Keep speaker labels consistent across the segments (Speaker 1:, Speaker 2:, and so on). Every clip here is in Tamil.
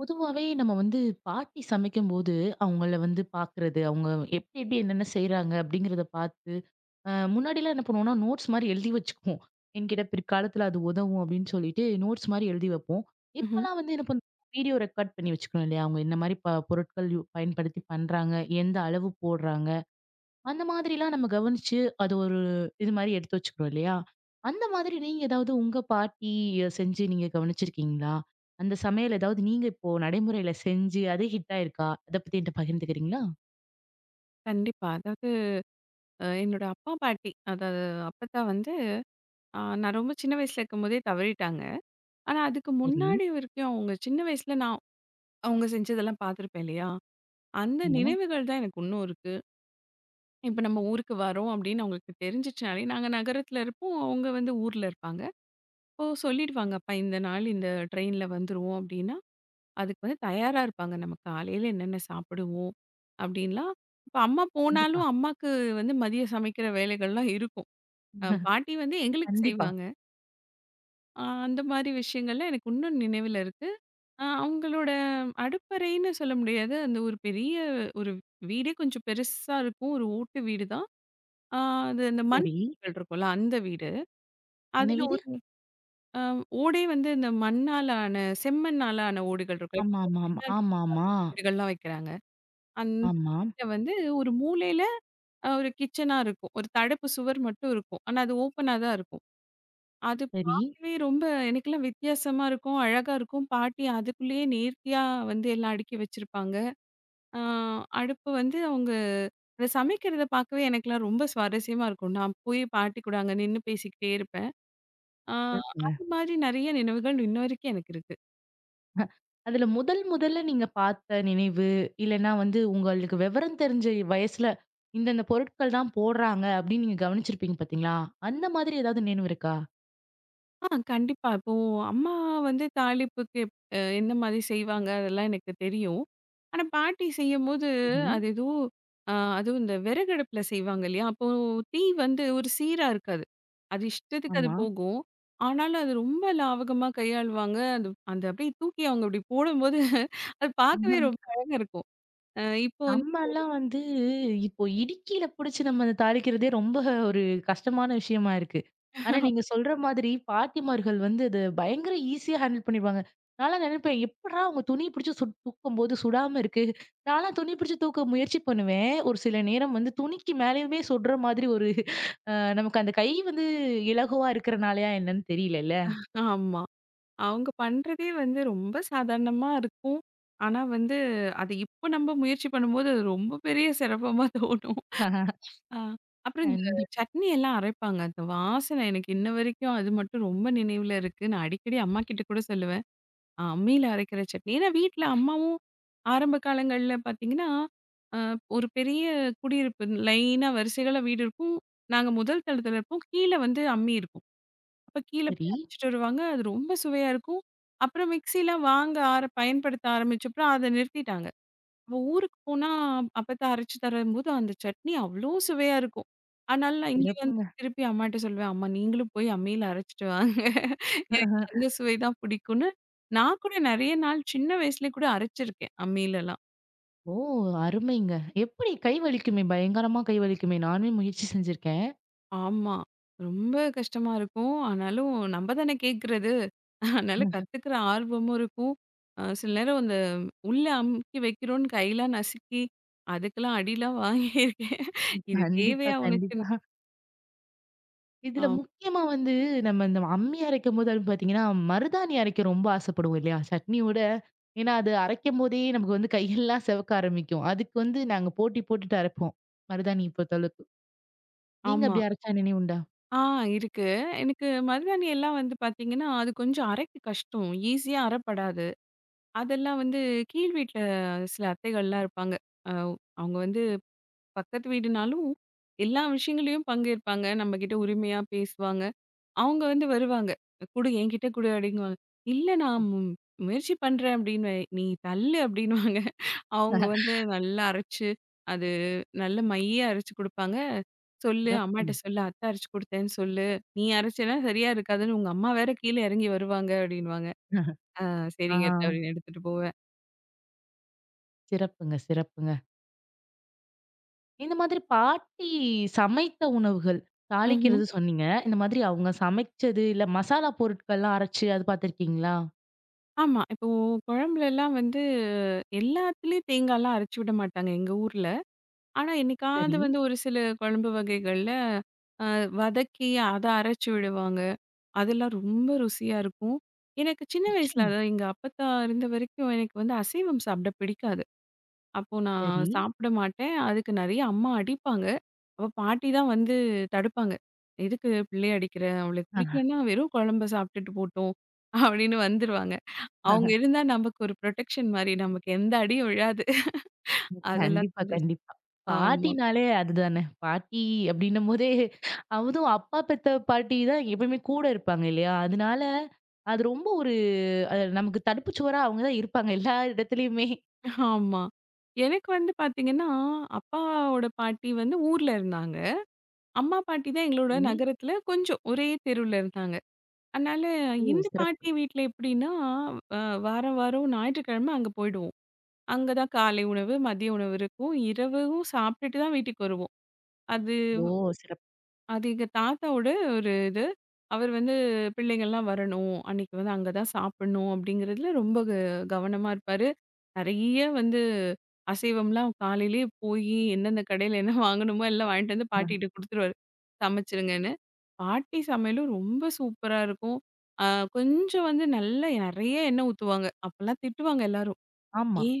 Speaker 1: பொதுவாவே நம்ம வந்து பாட்டி சமைக்கும்போது, அவங்கள வந்து பார்க்குறது, அவங்க எப்டி எப்டி என்னென்ன செய்றாங்க அப்டிங்கிறத பார்த்து, முன்னாடிலாம் என்ன பண்ணுவோம்னா, நோட்ஸ் மாரி எழுதி வச்சுக்குவோம். என்கிட்ட பிற்காலத்துல அது உதவும் அப்டின்னு சொல்லிட்டு நோட்ஸ் மாரி எழுதி வைப்போம்.
Speaker 2: ம்ஹ்ம்.
Speaker 1: இப்பலாம் வந்து என்ன பண்றோம், வீடியோ ரெக்கார்ட் பண்ணி வச்சுக்கிறோம் இல்லையா? அவங்க என்ன மாரி பொருட்கள் பயன்படுத்தி பண்றாங்க? எந்த அளவு போடுறாங்க? அந்த மாதிரிலாம் நம்ம கவனிச்சு, அது ஒரு இது மாரி எடுத்து வச்சுக்கிறோம் இல்லையா? அந்த மாதிரி நீங்க ஏதாவது உங்க பாட்டி செஞ்சு நீங்க கவனிச்சிருக்கீங்களா? அந்த சமையல் ஏதாவது நீங்க இப்போ நடைமுறையில செஞ்சு அதே ஹிட் ஆயிருக்கா? அத பத்தி என்ட்ட பகிர்ந்துக்கிறீங்களா?
Speaker 2: கண்டிப்பா. அதாவது, என்னோட அப்பா, பாட்டி, அதாவது அப்பத்தா வந்து நான் ரொம்ப சின்ன வயசுல இருக்கும்போதே தவறிட்டாங்க. ஆனா அதுக்கு
Speaker 1: சரி.
Speaker 2: முன்னாடி வரைக்கும் அவங்க சின்ன வயசுல நான் அவங்க செஞ்சதெல்லாம் பார்த்துருப்பேன் இல்லையா? அந்த
Speaker 1: ஆமா.
Speaker 2: நினைவுகள் தான் எனக்கு இன்னும் இருக்கு. இப்ப நம்ம ஊருக்கு வரோம் அப்படின்னு அவங்களுக்கு தெரிஞ்சிச்சுனாலே நாங்க நகரத்துல இருப்போம். அவங்க வந்து ஊர்ல இருப்பாங்க. இப்போ சொல்லிடுவாங்க, "அப்பா இந்த நாள் இந்த ட்ரெயின்ல வந்துருவோம்" அப்படின்னா, அதுக்கு வந்து தயாரா இருப்பாங்க. நம்ம காலையில என்னென்ன சாப்பிடுவோம் அப்படின்லாம். இப்ப அம்மா
Speaker 1: கண்டிப்பா.
Speaker 2: போனாலும் அம்மாக்கு வந்து மதியம் சமைக்கிற வேலைகள்லாம் இருக்கும். பாட்டி வந்து எங்களுக்கு
Speaker 1: கண்டிப்பா.
Speaker 2: செய்வாங்க. அந்த மாரி விஷயங்கள்ல எனக்கு இன்னும் நினைவில இருக்கு. அவங்களோட அடுப்பறைன்னு சொல்ல முடியாது. அந்த ஒரு பெரிய ஒரு வீடே கொஞ்சம் பெருசா இருக்கும். ஒரு ஓட்டு வீடு தான். அ அது அந்த மண்
Speaker 1: சரி.
Speaker 2: வீடுகள் இருக்கும்ல அந்த வீடு.
Speaker 1: என்ன
Speaker 2: அதுல
Speaker 1: வீடு?
Speaker 2: ஒரு அ ஓடே வந்து இந்த மண்ணால ஆன செம்மண்ணால ஆன ஓடுகள் இருக்கும். இப்ப
Speaker 1: ஆமா,
Speaker 2: ஓட்டு
Speaker 1: ஆமா, ஆமா.
Speaker 2: வீடுனா வேறு
Speaker 1: ஆமா, ஆமா.
Speaker 2: மாதிரியான ஓடுகள்லாம் வைக்கிறாங்க. அந்த
Speaker 1: ஆமா.
Speaker 2: வீட்ல வந்து ஒரு மூலையில ஒரு கிச்சனா இருக்கும். ஒரு தடுப்பு சுவர் மட்டும் இருக்கும். ஆனா அது ஓப்பனா தான் இருக்கும். அது பார்க்கவே ரொம்ப எனக்கெல்லாம் வித்தியாசமா இருக்கும். அழகா இருக்கும். பாட்டி அதுக்குள்ளேயே நேர்த்தியா வந்து எல்லாம் அடுக்கி வச்சிருப்பாங்க. ஆ அடுப்பு வந்து அவங்க அத சமைக்கிறத பார்க்கவே எனக்கெல்லாம் ரொம்ப சுவாரஸ்யமா இருக்கும். நான் போய் பாட்டி கூட அங்க நின்னு பேசிக்கிட்டே இருப்பேன். ஆ
Speaker 1: சரி.
Speaker 2: அது மாதிரி நெறைய நினைவுகள் இன்ன வரைக்கும் எனக்கு இருக்கு.
Speaker 1: அதுல முதல் முதல்ல நீங்க பார்த்த நினைவு, இல்லன்னா வந்து உங்களுக்கு விவரம் தெரிஞ்ச வயசுல, இந்தந்த பொருட்கள் தான் போடுறாங்க அப்படின்னு நீங்க கவனிச்சிருப்பீங்க பார்த்தீங்களா? அந்த மாதிரி ஏதாவது நினைவு இருக்கா?
Speaker 2: ஆ கண்டிப்பா. இப்போ அம்மா வந்து தாளிப்புக்கு எப் அ எந்த மாதிரி செய்வாங்க, அதெல்லாம் எனக்கு தெரியும். ஆனா பாட்டி செய்யும்போது,
Speaker 1: சரி.
Speaker 2: அது ஏதோ அதுவும் இந்த விறகடுப்புல செய்வாங்க இல்லையா? அப்போ தீ வந்து ஒரு சீரா இருக்காது. அது இஷ்டத்துக்கு அது
Speaker 1: ஆமா.
Speaker 2: போகும். ஆனாலும் அது ரொம்ப லாவகமா கையாளுவாங்க. அது அந்த அப்படியே தூக்கி அவங்க அப்படி போடும்போது, அது பார்க்கவே ரொம்ப அழகா இருக்கும். அ இப்போ வந்து,
Speaker 1: நம்மலாம் வந்து இப்போ இடுக்கில புடிச்சு நம்ம அத தாளிக்கிறதே ரொம்ப ஒரு கஷ்டமான விஷயமா இருக்கு. ஆனா நீங்க சொல்ற மாதிரி பாட்டிமார்கள் வந்து அத பயங்கர ஈஸியா ஹேண்டில் பண்ணிருவாங்க. நான்லாம் நெனைப்பேன், எப்புட்றா அவங்க துணிய பிடிச்சு சுட் தூக்கும்போது சுடாம இருக்கு? நான்லாம் துணி பிடிச்சு தூக்க முயற்சி பண்ணுவேன். ஒரு சில நேரம் வந்து துணிக்கு மேலயுமே சுடுற மாதிரி ஒரு அ நமக்கு அந்த கை வந்து இலகுவா இருக்கிறனாலயா என்னன்னு தெரியலல்ல.
Speaker 2: ஆமா. அவங்க பண்றதே வந்து ரொம்ப சாதாரணமா இருக்கும். ஆனா வந்து, அது இப்ப நம்ம முயற்சி பண்ணும்போது, அது ரொம்ப பெரிய சிரமமா தோணும். அ அப்புறம் இந்த
Speaker 1: கண்டிப்பா.
Speaker 2: சட்னி எல்லாம் அரைப்பாங்க. அந்த வாசனை எனக்கு இன்ன வரைக்கும் அது மட்டும் ரொம்ப நினைவுல இருக்கு. நான் அடிக்கடி அம்மாகிட்ட கூட சொல்லுவேன். அம்மியில அரைக்கிற சட்னி. ஏன்னா வீட்ல அம்மாவும் ஆரம்ப காலங்கள்ல பார்த்தீங்கன்னா, அ ஒரு பெரிய குடியிருப்பு லைனா வரிசைகளா வீடு இருக்கும். நாங்க முதல் தளத்துல இருப்போம். கீழ வந்து அம்மி இருக்கும். அப்ப கீழ
Speaker 1: சரி.
Speaker 2: போய் அரைச்சுட்டு வருவாங்க. அது ரொம்ப சுவையா இருக்கும். அப்புறம் மிக்ஸிலாம் வாங்க ஆர பயன்படுத்த ஆரம்பிச்சப்புறம் அத நிறுத்திட்டாங்க. அப்ப ஊருக்கு போனா அப்பத்தா அரைச்சு தரும்போது அந்த சட்னி அவ்ளோ சுவையா இருக்கும். அதனால நான் இங்க வந்து
Speaker 1: சிறப்புங்க.
Speaker 2: திருப்பி அம்மாட்ட சொல்லுவேன், "அம்மா நீங்களும் போய் அம்மியில அரைச்சுட்டு வாங்க. எனக்கு அந்த சுவை தான் பிடிக்கும்னு." நான் கூட நெறைய நாள் சின்ன வயசுலயே கூட அரைச்சிருக்கேன் அம்மிலலாம்.
Speaker 1: ஓ! அருமைங்க. எப்படி கை வலிக்குமே? பயங்கரமா கை வலிக்குமே? நானுமே முயற்சி செஞ்சிருக்கேன்.
Speaker 2: ஆமா. ரொம்ப கஷ்டமா இருக்கும். ஆனாலும் நம்ம தானே கேட்கறது. அதனால கத்துக்கிற ஆர்வமும் இருக்கும். சில நேரம் அந்த உள்ள அமுக்கி வைக்கிறோம்னு கையெல்லாம் நசுக்கி, அதுக்கெல்லாம் அடிலாம் வாங்கியிருக்கேன். இது
Speaker 1: கண்டிப்பா,
Speaker 2: தேவையா உனக்கு?
Speaker 1: கண்டிப்பா. இதுல
Speaker 2: ஆம்.
Speaker 1: முக்கியமா வந்து நம்ம இந்த அம்மி அரைக்கும்போது அது பார்த்தீங்கன்னா, மருதாணி அரைக்க ரொம்ப ஆசைப்படுவோம் இல்லையா? சட்னியோட. ஏன்னா, அது அரைக்கும்போதே நமக்கு வந்து கையெல்லாம் செவக்க ஆரம்பிக்கும். அதுக்கு வந்து நாங்க போட்டி போட்டுட்டு அரைப்போம். மருதாணி பொறுத்தளவுக்கு. நீங்க
Speaker 2: ஆமா.
Speaker 1: அப்படி அரைச்சா நினைவுண்டா?
Speaker 2: ஆ இருக்கு. எனக்கு மருதாணி எல்லாம் வந்து பார்த்தீங்கன்னா, அது கொஞ்சம் அரைக்க கஷ்டம். ஈஸியா அறப்படாது. அதெல்லாம் வந்து கீழ் வீட்ல சில அத்தைகள்லாம் இருப்பாங்க. அ அவங்க வந்து பக்கத்து வீடுனாலும், எல்லா விஷயங்கள்லயும் பங்கேற்பாங்க. நம்மகிட்ட உரிமையா பேசுவாங்க. அவங்க வந்து வருவாங்க. "குடு என்கிட்ட குடு" அப்படிங்குவாங்க. "இல்ல நான் முயற்சி பண்றேன்" அப்படின்னுவேன். "நீ தள்ளு" அப்படின்னுவாங்க. அவங்க வந்து நல்லா அரைச்சு, அது நல்ல மையா அரைச்சு குடுப்பாங்க. "சொல்லு, அம்மாட்ட
Speaker 1: சிறப்புங்க.
Speaker 2: சொல்லு. அத்தை அரைச்சு குடுத்தேன்னு சொல்லு. நீ அரைச்சேன்னா சரியா இருக்காதுன்னு உங்க அம்மா வேற கீழ இறங்கி வருவாங்க" அப்படின்னுவாங்க. "ஆ
Speaker 1: ஆ
Speaker 2: சரிங்க அத்தை" அப்படின்னு எடுத்துட்டு போவேன்.
Speaker 1: சிறப்புங்க, சிறப்புங்க. இந்த மாதிரி பாட்டி சமைத்த உணவுகள்,
Speaker 2: ம்ஹ்ம்.
Speaker 1: தாளிக்கிறது சொன்னீங்க. இந்த மாதிரி அவங்க சமைச்சது, இல்ல மசாலா பொருட்கள்லாம் அரைச்சு அது பார்த்துருக்கீங்களா?
Speaker 2: ஆமா. இப்போ குழம்புலலாம் வந்து எல்லாத்துலயும் தேங்காய்லாம் அரைச்சு விட மாட்டாங்க எங்க ஊர்ல. ஆனா, என்னைக்காவது
Speaker 1: சரி.
Speaker 2: வந்து ஒரு சில குழம்பு வகைகள்ல அ வதக்கி அத அரைச்சு விடுவாங்க. அதெல்லாம் ரொம்ப ருசியா இருக்கும். எனக்கு சின்ன வயசுல,
Speaker 1: நிச்சயமா.
Speaker 2: அதாவது எங்க அப்பத்தா இருந்த வரைக்கும், எனக்கு வந்து அசைவம் சாப்பிட பிடிக்காது. அப்போ நான்
Speaker 1: சரி.
Speaker 2: சாப்பிட மாட்டேன். அதுக்கு நெறைய அம்மா அடிப்பாங்க. அப்ப பாட்டி தான் வந்து தடுப்பாங்க. "எதுக்கு பிள்ளைய அடிக்கிற? அவளுக்கு பிடிக்கலன்னா வெறும் குழம்ப சாப்பிட்டுட்டு போட்டும்" அப்படின்னு வந்துருவாங்க. அவங்க இருந்தா நமக்கு ஒரு புரொடெக்ஷன் மாரி. நமக்கு எந்த அடியும் விழாது. அதெல்லாம்
Speaker 1: கண்டிப்பா,
Speaker 2: கொஞ்சம்
Speaker 1: கண்டிப்பா.
Speaker 2: ஆமா,
Speaker 1: பாட்டினாலே அதுதானே. பாட்டி அப்படின்னும்போதே அதுவும் அப்பா பெத்த பாட்டி தான் எப்பயுமே கூட இருப்பாங்க இல்லையா? அதனால அது ரொம்ப ஒரு நமக்கு தடுப்பு சுவரா அவங்க தான் இருப்பாங்க எல்லா இடத்துலயுமே.
Speaker 2: ஆமா. எனக்கு வந்து பாத்தீங்கன்னா, அப்பாவோட பாட்டி வந்து ஊர்ல இருந்தாங்க. அம்மா பாட்டி தான் எங்களோட
Speaker 1: சரி.
Speaker 2: நகரத்துல கொஞ்சம் ஒரே தெருவுல இருந்தாங்க. அதனால
Speaker 1: ஓ!
Speaker 2: இந்த
Speaker 1: சிறப்பு.
Speaker 2: பாட்டி வீட்ல எப்படின்னா, அ வாரம் வாரம் ஞாயிற்றுக்கிழமை அங்க போயிடுவோம். அங்க தான் காலை உணவு, மதிய உணவு இருக்கும். இரவும் சாப்பிட்டுட்டு தான் வீட்டுக்கு வருவோம். அது
Speaker 1: ஓ! சிறப்பு.
Speaker 2: அது எங்க தாத்தாவோட ஒரு இது. அவர் வந்து பிள்ளைங்கள்லாம் வரணும். அன்னைக்கு வந்து அங்க தான் சாப்பிடணும் அப்படிங்கிறதுல ரொம்ப கவனமா இருப்பாரு. நெறைய வந்து அசைவம்லாம் காலையிலேயே போயி எந்தெந்த கடையில என்ன வாங்கணுமோ எல்லாம் வாங்கிட்டு வந்து பாட்டிட்ட குடுத்துருவாரு. சமைச்சிருங்கன்னு. பாட்டி சமையலும் ரொம்ப சூப்பரா இருக்கும். அ கொஞ்சம் வந்து நல்லா நெறைய எண்ணெய் ஊத்துவாங்க. அப்பலாம் திட்டுவாங்க எல்லாரும்.
Speaker 1: ஆமா.
Speaker 2: "ஏன்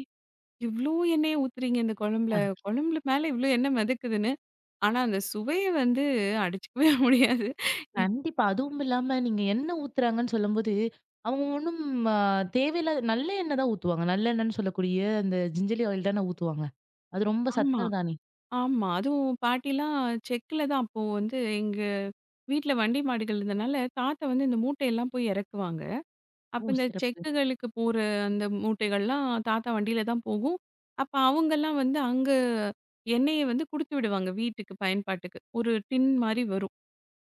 Speaker 2: இவ்ளோ எண்ணெய ஊத்துறீங்க இந்த குழம்புல? குழம்புல மேல இவ்ளோ எண்ணெய் மிதக்குதுன்னு." ஆனா, அந்த சுவைய வந்து அடிச்சுக்கவே முடியாது. இப்
Speaker 1: கண்டிப்பா. அதுவும் இல்லாம நீங்க எண்ணெய் ஊத்துறாங்கன்னு சொல்லும்போது, அவங்க ஒண்ணும் அ தேவையில்லாத நல்ல எண்ணெய் தான் ஊத்துவாங்க. நல்லெண்ணெய்ன்னு சொல்லக்கூடிய அந்த ஜிஞ்சலி ஆயில் தானே ஊத்துவாங்க. அது ரொம்ப
Speaker 2: ஆமா,
Speaker 1: சத்தான தானே!
Speaker 2: ஆமா. அதுவும் பாட்டிலாம் செக்குல தான் அப்போ வந்து எங்க வீட்ல வண்டி மாடுகள் இருந்தனால, தாத்தா வந்து இந்த மூட்டையெல்லாம் போய் இறக்குவாங்க. அப்ப
Speaker 1: ஓ!
Speaker 2: இந்த
Speaker 1: சிறப்பு.
Speaker 2: செக்குகளுக்கு போற அந்த மூட்டைகள்லாம் தாத்தா வண்டியில தான் போகும். அப்ப அவங்கலாம் வந்து அங்க எண்ணெய வந்து குடுத்து விடுவாங்க வீட்டுக்கு பயன்பாட்டுக்கு. ஒரு டின் மாரி வரும்.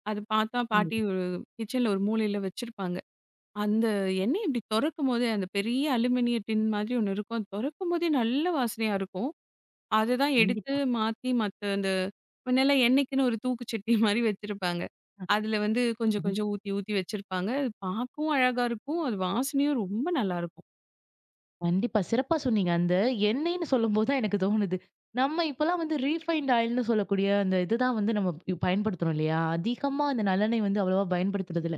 Speaker 2: அது பாத்தா பாட்டி
Speaker 1: கண்டிப்பா,
Speaker 2: ஒரு கிச்சன்ல ஒரு மூலையில வச்சிருப்பாங்க. அந்த எண்ணெய் இப்படி தொறக்கும்போதே, அந்த பெரிய அலுமினிய டின் மாதிரி ஒண்ணு இருக்கும். அது தொறக்கும்போதே நல்ல வாசனையா இருக்கும். அததான் எடுத்து
Speaker 1: கண்டிப்பா.
Speaker 2: மாத்தி மத்த அந்த முன்னல்லாம் எண்ணெய்க்குன்னு ஒரு தூக்கு சட்டி மாரி வச்சிருப்பாங்க.
Speaker 1: அ
Speaker 2: அதுல வந்து கொஞ்சம்
Speaker 1: கண்
Speaker 2: கொஞ்சம் ஊத்தி ஊத்தி வச்சிருப்பாங்க. அது பார்க்கவும் அழகா இருக்கும். அது வாசனையும் ரொம்ப நல்லாருக்கும்.
Speaker 1: கண்டிப்பா. சிறப்பா சொன்னீங்க. அந்த எண்ணெய்ன்னு சொல்லும்போது தான் எனக்கு தோணுது. நம்ம இப்பலாம் வந்து ரீஃபைண்ட் ஆயில்ன்னு சொல்லக்கூடிய அந்த இதுதான் வந்து நம்ம பயன்படுத்துறோம் இல்லையா? அதிகமா அந்த நல்லெண்ணெய் வந்து அவ்வளவா பயன்படுத்துறது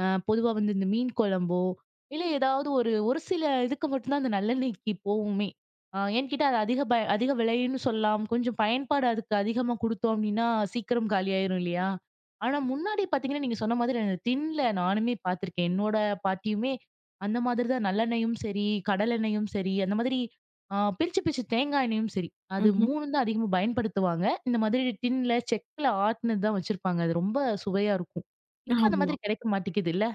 Speaker 1: பொதுவா வந்து இந்த மீன் குழம்போ, இல்ல ஏதாவது ஒரு ஒரு சில இதுக்கு மட்டும் தான் அந்த நல்லெண்ணெய்க்கு போவுமே. ஏன்னு கேட்டா அது அதிக விலைன்னு சொல்லலாம். கொஞ்சம் பயன்பாடு அதுக்கு அதிகமா குடுத்தோம் அப்டின்னா, சீக்கிரம் காலியாயிரும் இல்லையா? ஆனா முன்னாடி பார்த்தீங்கன்னா, நீங்க சொன்ன மாதிரி அந்த டின்ல நானுமே பார்த்துருக்கேன். என்னோட பாட்டியுமே அந்த மாதிரி தான் நல்லெண்ணெயும் சரி, கடலெண்ணெயும் சரி, அந்த மாதிரி பிரிச்சு பிரிச்சு தேங்காய் எண்ணெயும் சரி, அது
Speaker 2: ம்ஹ்ம்.
Speaker 1: 3 தான் அதிகமா பயன்படுத்துவாங்க. இந்த மாதிரி டின்ல, செக்குல ஆட்டுனது தான் வச்சிருப்பாங்க. அது ரொம்ப சுவையா இருக்கும். இப்ப அந்த
Speaker 2: ஆமா.
Speaker 1: மாதிரி கிடைக்க மாட்டேங்குதுல்ல?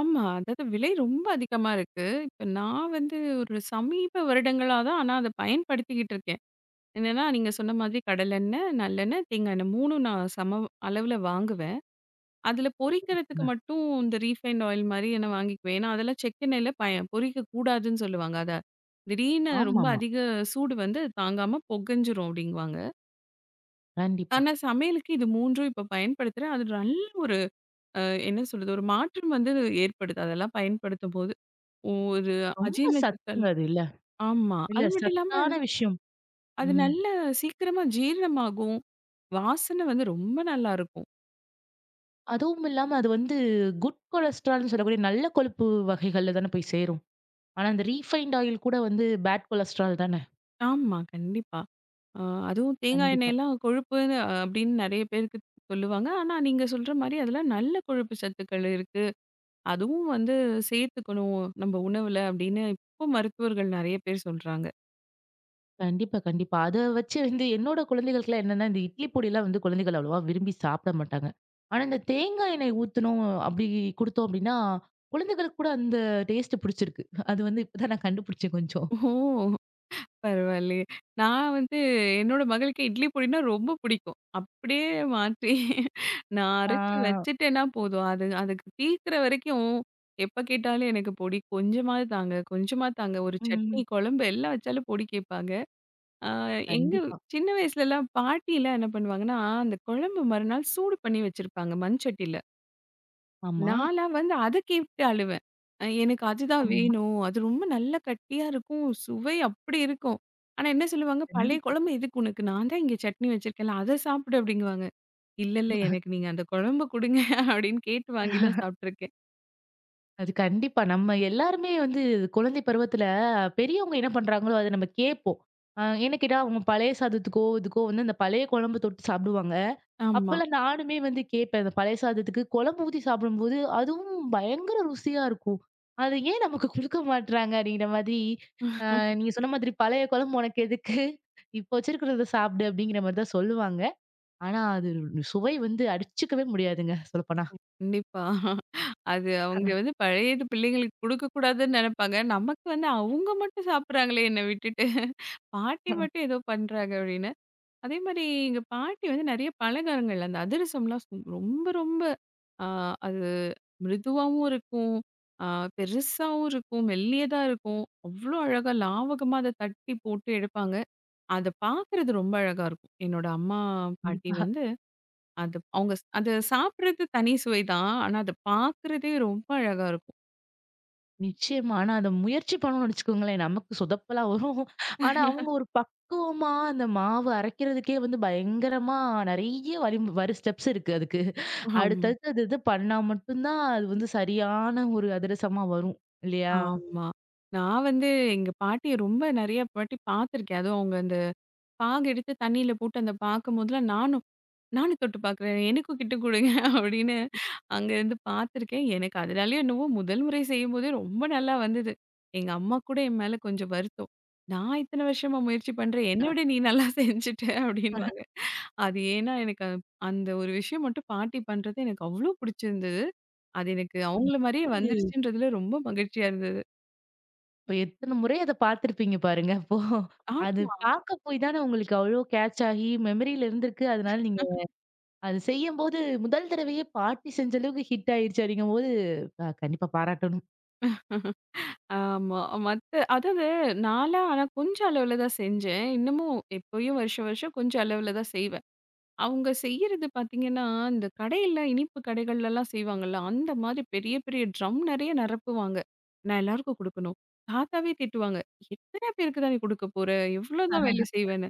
Speaker 2: ஆமா. அதாவது விலை ரொம்ப அதிகமா இருக்கு. இப்ப நான் வந்து ஒரு சமீப வருடங்களா தான் ஆனா அத பயன்படுத்திக்கிட்டு இருக்கேன். என்னன்னா, நீங்க சொன்ன மாதிரி கடலெண்ணெய், நல்லெண்ணெய், தேங்காய் எண்ணெய் 3ம் நான் சம அளவுல வாங்குவேன். அதுல பொரிக்கிறதுக்கு மட்டும் இந்த ரீஃபைண்ட் ஆயில் மாரி நான் வாங்கிக்குவேன். ஏன்னா, அதெல்லாம் செக்கெண்ணெயில பொரிக்கக் கூடாதுன்னு சொல்லுவாங்க. அத திடீர்னு ரொம்ப
Speaker 1: ஆமாமா.
Speaker 2: அதிக சூடு வந்து அது தாங்காம பொகஞ்சிரும் அப்டிங்குவாங்க.
Speaker 1: கண்டிப்பா.
Speaker 2: ஆனா, சமையலுக்கு இது 3ம் இப்ப பயன்படுத்துறேன். அது நல்ல ஒரு அ என்ன சொல்றது? ஒரு மாற்றம் வந்து ஏற்படுது அதெல்லாம் பயன்படுத்தும்போது. ஒரு
Speaker 1: ரொம்ப
Speaker 2: அஜீரண சிக்கல்,
Speaker 1: சத்துங்க அது இல்ல.
Speaker 2: ஆமா.
Speaker 1: இல்ல
Speaker 2: அது மட்டும் இல்லாம
Speaker 1: சத்தான விஷயம்.
Speaker 2: அது
Speaker 1: ம்.
Speaker 2: நல்ல சீக்கிரமா ஜீரணமாகும். வாசனை வந்து ரொம்ப நல்லாருக்கும்.
Speaker 1: அதுவும் இல்லாம அது வந்து குட் கொலஸ்ட்ரால்னு சொல்லக்கூடிய நல்ல கொழுப்பு வகைகள்ல தானே போய் சேரும். ஆனா அந்த ரீஃபைண்ட் ஆயில் கூட வந்து பேட் கொலஸ்ட்ரால் தானே.
Speaker 2: ஆமா, கண்டிப்பா. ஆ, அதுவும் தேங்காய்
Speaker 1: கண்டிப்பா.
Speaker 2: எண்ணெயெல்லாம் கொழுப்புன்னு அப்படின்னு நெறைய பேருக்கு சொல்லுவாங்க. ஆனா, நீங்க சொல்ற மாரி அதுல நல்ல கொழுப்பு சத்துக்கள் இருக்கு. அதுவும் வந்து சேர்த்துக்கணும் நம்ம உணவுல அப்படின்னு இப்போ மருத்துவர்கள் நெறைய பேர் சொல்றாங்க.
Speaker 1: கண்டிப்பா, கண்டிப்பா. அத வச்சு வந்து என்னோட குழந்தைகளுக்குலாம் என்னன்னா, இந்த இட்லி பொடிலாம் வந்து குழந்தைகள் அவ்வளவா விரும்பி சாப்பிட மாட்டாங்க. ஆனா இந்த தேங்காய் எண்ணெய் ஊத்தணும் அப்படி குடுத்தோம் அப்படின்னா, குழந்தைகளுக்கு கூட அந்த டேஸ்ட் பிடிச்சிருக்கு. அது வந்து இப்ப தான் நான் கண்டுபிடிச்சேன் கொஞ்சம்.
Speaker 2: ஓ! பரவாயில்லையே. நான் வந்து என்னோட மகளுக்கு இட்லி பொடின்னா ரொம்ப பிடிக்கும். அப்படியே மாற்றி நான்
Speaker 1: ஆ.
Speaker 2: அரைச்சு வச்சுட்டேன்னா போதும். அது அதுக்கு தீர்க்கிற வரைக்கும் எப்ப கேட்டாலும் எனக்கு பொடி கொஞ்சமாவது தாங்க, கொஞ்சமா தாங்க. ஒரு சட்னி,
Speaker 1: ம்.
Speaker 2: குழம்பு எல்லாம் வச்சாலும் பொடி கேட்பாங்க. ஆ எங்க
Speaker 1: கண்டிப்பா.
Speaker 2: சின்ன வயசுலலாம் பாட்டிலாம் என்ன பண்ணுவாங்கன்னா, அந்த குழம்பு மறுநாள் சூடு பண்ணி வச்சிருப்பாங்க மண்சட்டில.
Speaker 1: ஆமா.
Speaker 2: நான்லாம் வந்து அத கேட்டு அழுவேன். எனக்கு அதுதான்
Speaker 1: ஆமா.
Speaker 2: வேணும். அது ரொம்ப நல்லா கட்டியா இருக்கும். சுவை அப்படி இருக்கும். ஆனா என்ன சொல்லுவாங்க, "பழைய
Speaker 1: கண்டிப்பா.
Speaker 2: குழம்பு எதுக்கு உனக்கு? நான் தான் இங்க சட்னி வச்சிருக்கேன்ல, அத சாப்பிடு" அப்படிங்குவாங்க. "இல்ல, இல்ல எனக்கு நீங்க அந்த குழம்ப குடுங்க" அப்படின்னு கேட்டு வாங்கிலாம் சாப்பிட்டுருக்கேன்.
Speaker 1: அது கண்டிப்பா. நம்ம எல்லாருமே வந்து குழந்தை பருவத்துல பெரியவங்க என்ன பண்றாங்களோ, அத நம்ம கேட்போம். ஏன்னு கேட்டா, அவங்க பழைய சாதத்துக்கோ, இதுக்கோ வந்து அந்த பழைய குழம்பு தொட்டு சாப்பிடுவாங்க.
Speaker 2: ஆமா.
Speaker 1: அப்பலாம் நானுமே வந்து கேட்பேன். அந்த பழைய சாதத்துக்கு குழம்பு ஊத்தி சாப்பிடும்போது, அதுவும் பயங்கர ருசியா இருக்கும். அது ஏன் நமக்கு குடுக்க மாட்றாங்க அப்படிங்கிற மாதிரி, நீங்க சொன்ன மாதிரி "பழைய குழம்பு உனக்கு எதுக்கு? இப்போ வச்சிருக்கிறத சாப்பிடு" அப்படிங்கிற மாரி தான் சொல்லுவாங்க. ஆனா அது சுவை வந்து அடிச்சுக்கவே முடியாதுங்க, சொல்லப்போனா.
Speaker 2: கண்டிப்பா. அது அவங்க வந்து பழையது பிள்ளைங்களுக்கு குடுக்கக்கூடாதுன்னு நெனப்பாங்க. நமக்கு வந்து அவங்க மட்டும் சாப்பிடுறாங்களே என்ன விட்டுட்டு. பாட்டி மட்டும் ஏதோ பண்றாங்க அப்படின்னு. அதேமாரி எங்க பாட்டி வந்து நெறைய பலகாரங்கள் அந்த அதிரசம்லாம் ரொம்ப ரொம்ப ஆ அது மிருதுவாவும் இருக்கும். ஆ பெருசாவும் இருக்கும். மெல்லியதா இருக்கும். அவ்ளோ அழகா லாவகமா அத தட்டி போட்டு எடுப்பாங்க. அத பார்க்கறது ரொம்ப அழகா இருக்கும். என்னோட அம்மா, பாட்டி
Speaker 1: கண்டிப்பா.
Speaker 2: வந்து அது அவங்க அது சாப்பிடுறது தனி சுவை தான். ஆனா அத பார்க்குறதே ரொம்ப அழகா இருக்கும்.
Speaker 1: நிச்சயமா. ஆனா அத முயற்சி பண்ணோம்னு வச்சுக்கோங்களேன், நமக்கு சொதப்பலா வரும். ஆனா அவங்க ஒரு பக்குவமா அந்த மாவு அரைக்கிறதுக்கே வந்து பயங்கரமா நெறைய வழி வரி ஸ்டெப்ஸ் இருக்கு அதுக்கு.
Speaker 2: ஆம்.
Speaker 1: அடுத்தடுத்து அது இது பண்ணா மட்டும் தான் அது வந்து சரியான ஒரு அதிரசமா வரும். இல்லையா?
Speaker 2: ஆமா. நான் வந்து எங்க பாட்டிய ரொம்ப நெறைய வாட்டி பார்த்துருக்கேன். அதுவும் அவங்க அந்த பாகு எடுத்து தண்ணீல போட்டு அந்த பாக்க முதல்ல நானும் தொட்டு பாக்குறேன். எனக்கும் கிட்ட குடுங்க அப்படின்னு அங்கருந்து பாத்துருக்கேன். எனக்கு அதுனாலயோ என்னவோ முதல் முறை செய்யும்போதே ரொம்ப நல்லா வந்தது. எங்க அம்மா கூட என் மேல கொஞ்சம் வருத்தம். "நான் இத்தன வருஷமா முயற்சி பண்றேன். என்ன விட நீ நல்லா செஞ்சுட்ட" அப்படின்னுவாங்க. அது ஏன்னா எனக்கு அந்த ஒரு விஷயம் மட்டும் பாட்டி பண்றது எனக்கு அவ்ளோ புடிச்சிருந்தது. அது எனக்கு
Speaker 1: அப்போ
Speaker 2: அவங்கள
Speaker 1: நீங்க
Speaker 2: மாரியே
Speaker 1: வந்து
Speaker 2: வந்துருச்சுன்றதுல ரொம்ப மகிழ்ச்சியா இருந்தது.
Speaker 1: இப்ப எத்தன முறை அத பார்த்துருப்பீங்க பாருங்க அப்போ. அது
Speaker 2: ஆமா.
Speaker 1: பார்க்க போய் தானே உங்களுக்கு அவ்ளோ கேட்ச் ஆகி மெமரியில இருந்திருக்கு. அதனால நீங்க அது செய்யும்போது முதல் தடவையே பாட்டி செஞ்ச அளவுக்கு ஹிட் ஆயிருச்சு அப்படிங்கும்போது, கண்டிப்பா பாராட்டணும்.
Speaker 2: ஆமா. மத்த, அதாவது நான்லாம் ஆனா கொஞ்ச அளவுல தான் செஞ்சேன். இன்னமும் எப்பயும் வருஷம் வருஷம் கொஞ்ச அளவுல தான் செய்வேன். அவங்க செய்யறது பார்த்தீங்கன்னா, இந்த கடையில இனிப்பு கடைகள்லலாம் செய்வாங்கல்ல, அந்த மாதிரி பெரிய பெரிய ட்ரம் நெறைய நிரப்புவாங்க. நான் எல்லாருக்கும் குடுக்கணும். தாத்தாவே திட்டுவாங்க. "எத்தன பேருக்கு தான் நீ குடுக்க போற? எவ்ளோ தான் வேலை செய்வேன்னு?"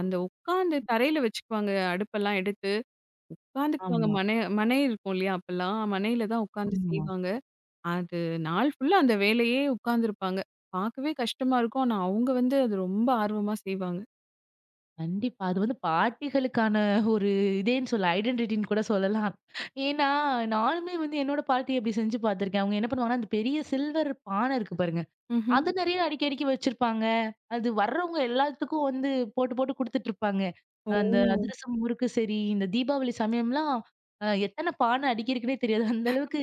Speaker 2: அந்த உட்காந்து தரையில வச்சுக்குவாங்க அடுப்பெல்லாம் எடுத்து. உட்காந்துக்குவாங்க
Speaker 1: ஆமா,
Speaker 2: மனை மனை இருக்கும் இல்லையா அப்பல்லாம்? மனையில தான் உட்காந்து
Speaker 1: ஆமா.
Speaker 2: செய்வாங்க. அது நாள் ஃபுல்லா அந்த வேலையே உட்கார்ந்துருப்பாங்க. பார்க்கவே கஷ்டமா இருக்கும். ஆனா அவங்க வந்து அது ரொம்ப ஆர்வமா செய்வாங்க.
Speaker 1: கண்டிப்பா. அது வந்து பாட்டிகளுக்கான ஒரு இதேன்னு சொல்லலாம். ஐடென்டிட்டின்னு கூட சொல்லலாம். ஏன்னா, நானுமே வந்து என்னோட பாட்டி அப்படி செஞ்சு பார்த்துருக்கேன். அவங்க என்ன பண்ணுவாங்கன்னா, அந்த பெரிய சில்வர் பானை இருக்கு பாருங்க.
Speaker 2: ம்ஹ்ம்.
Speaker 1: அது நெறைய அடிக்கி, அடிக்கி வச்சிருப்பாங்க. அது வர்றவங்க எல்லாத்துக்கும் வந்து போட்டு, போட்டு குடுத்துட்டுருப்பாங்க. அந்த
Speaker 2: ஓ!
Speaker 1: அதிரசம் முறுக்கு சரி, இந்த தீபாவளி சமயம்லாம் எத்தன பானை அடுக்கியிருக்குன்னே தெரியாது. அந்த அளவுக்கு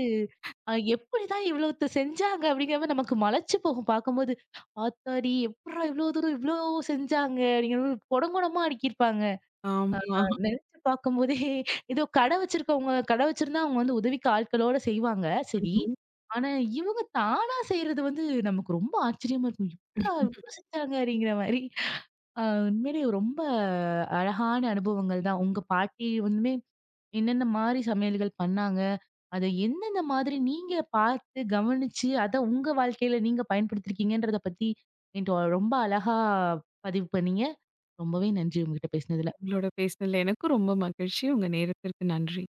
Speaker 1: எப்படிதான் இவ்வளோத்த செஞ்சாங்க? அப்படிங்கிற மாரி நமக்கு மலைச்சு போகும் பார்க்கும்போது. ஆத்தாடி! எப்புட்றா இவ்ளோ தூரம் இவ்ளோ செஞ்சாங்க? அப்படிங்கிற மாரி கொடங்கொடமா அடுக்கியிருப்பாங்க.
Speaker 2: ஆமா.
Speaker 1: நெனச்சு பார்க்கும்போதே ஏதோ கடை வச்சிருக்கவங்க கடை வச்சிருந்தா அவங்க வந்து உதவிக்கு ஆட்களோட செய்வாங்க, சரி.
Speaker 2: ம்ஹ்ம்.
Speaker 1: ஆனா இவங்க தானா செய்றது வந்து நமக்கு ரொம்ப ஆச்சரியமா இருக்கும். எப்புட்றா இவ்ளோ செஞ்சாங்க? அப்படிங்கிற மாரி. அ உண்மையிலேயே ரொம்ப அழகான அனுபவங்கள் தான். உங்க பாட்டி வந்துமே என்னென்ன மாரி சமையல்கள் பண்ணாங்க? அத எந்தெந்த மாதிரி நீங்க பார்த்து, கவனிச்சு, அத உங்க வாழ்க்கையில நீங்க பயன்படுத்திருக்கீங்கன்றத பத்தி என்ட்ட ரொம்ப அழகா பதிவு பண்ணீங்க. ரொம்பவே நன்றி உங்ககிட்ட பேசினதுல.
Speaker 2: உங்களோட பேசினதுல எனக்கும் ரொம்ப மகிழ்ச்சி. உங்க நேரத்திற்கு நன்றி.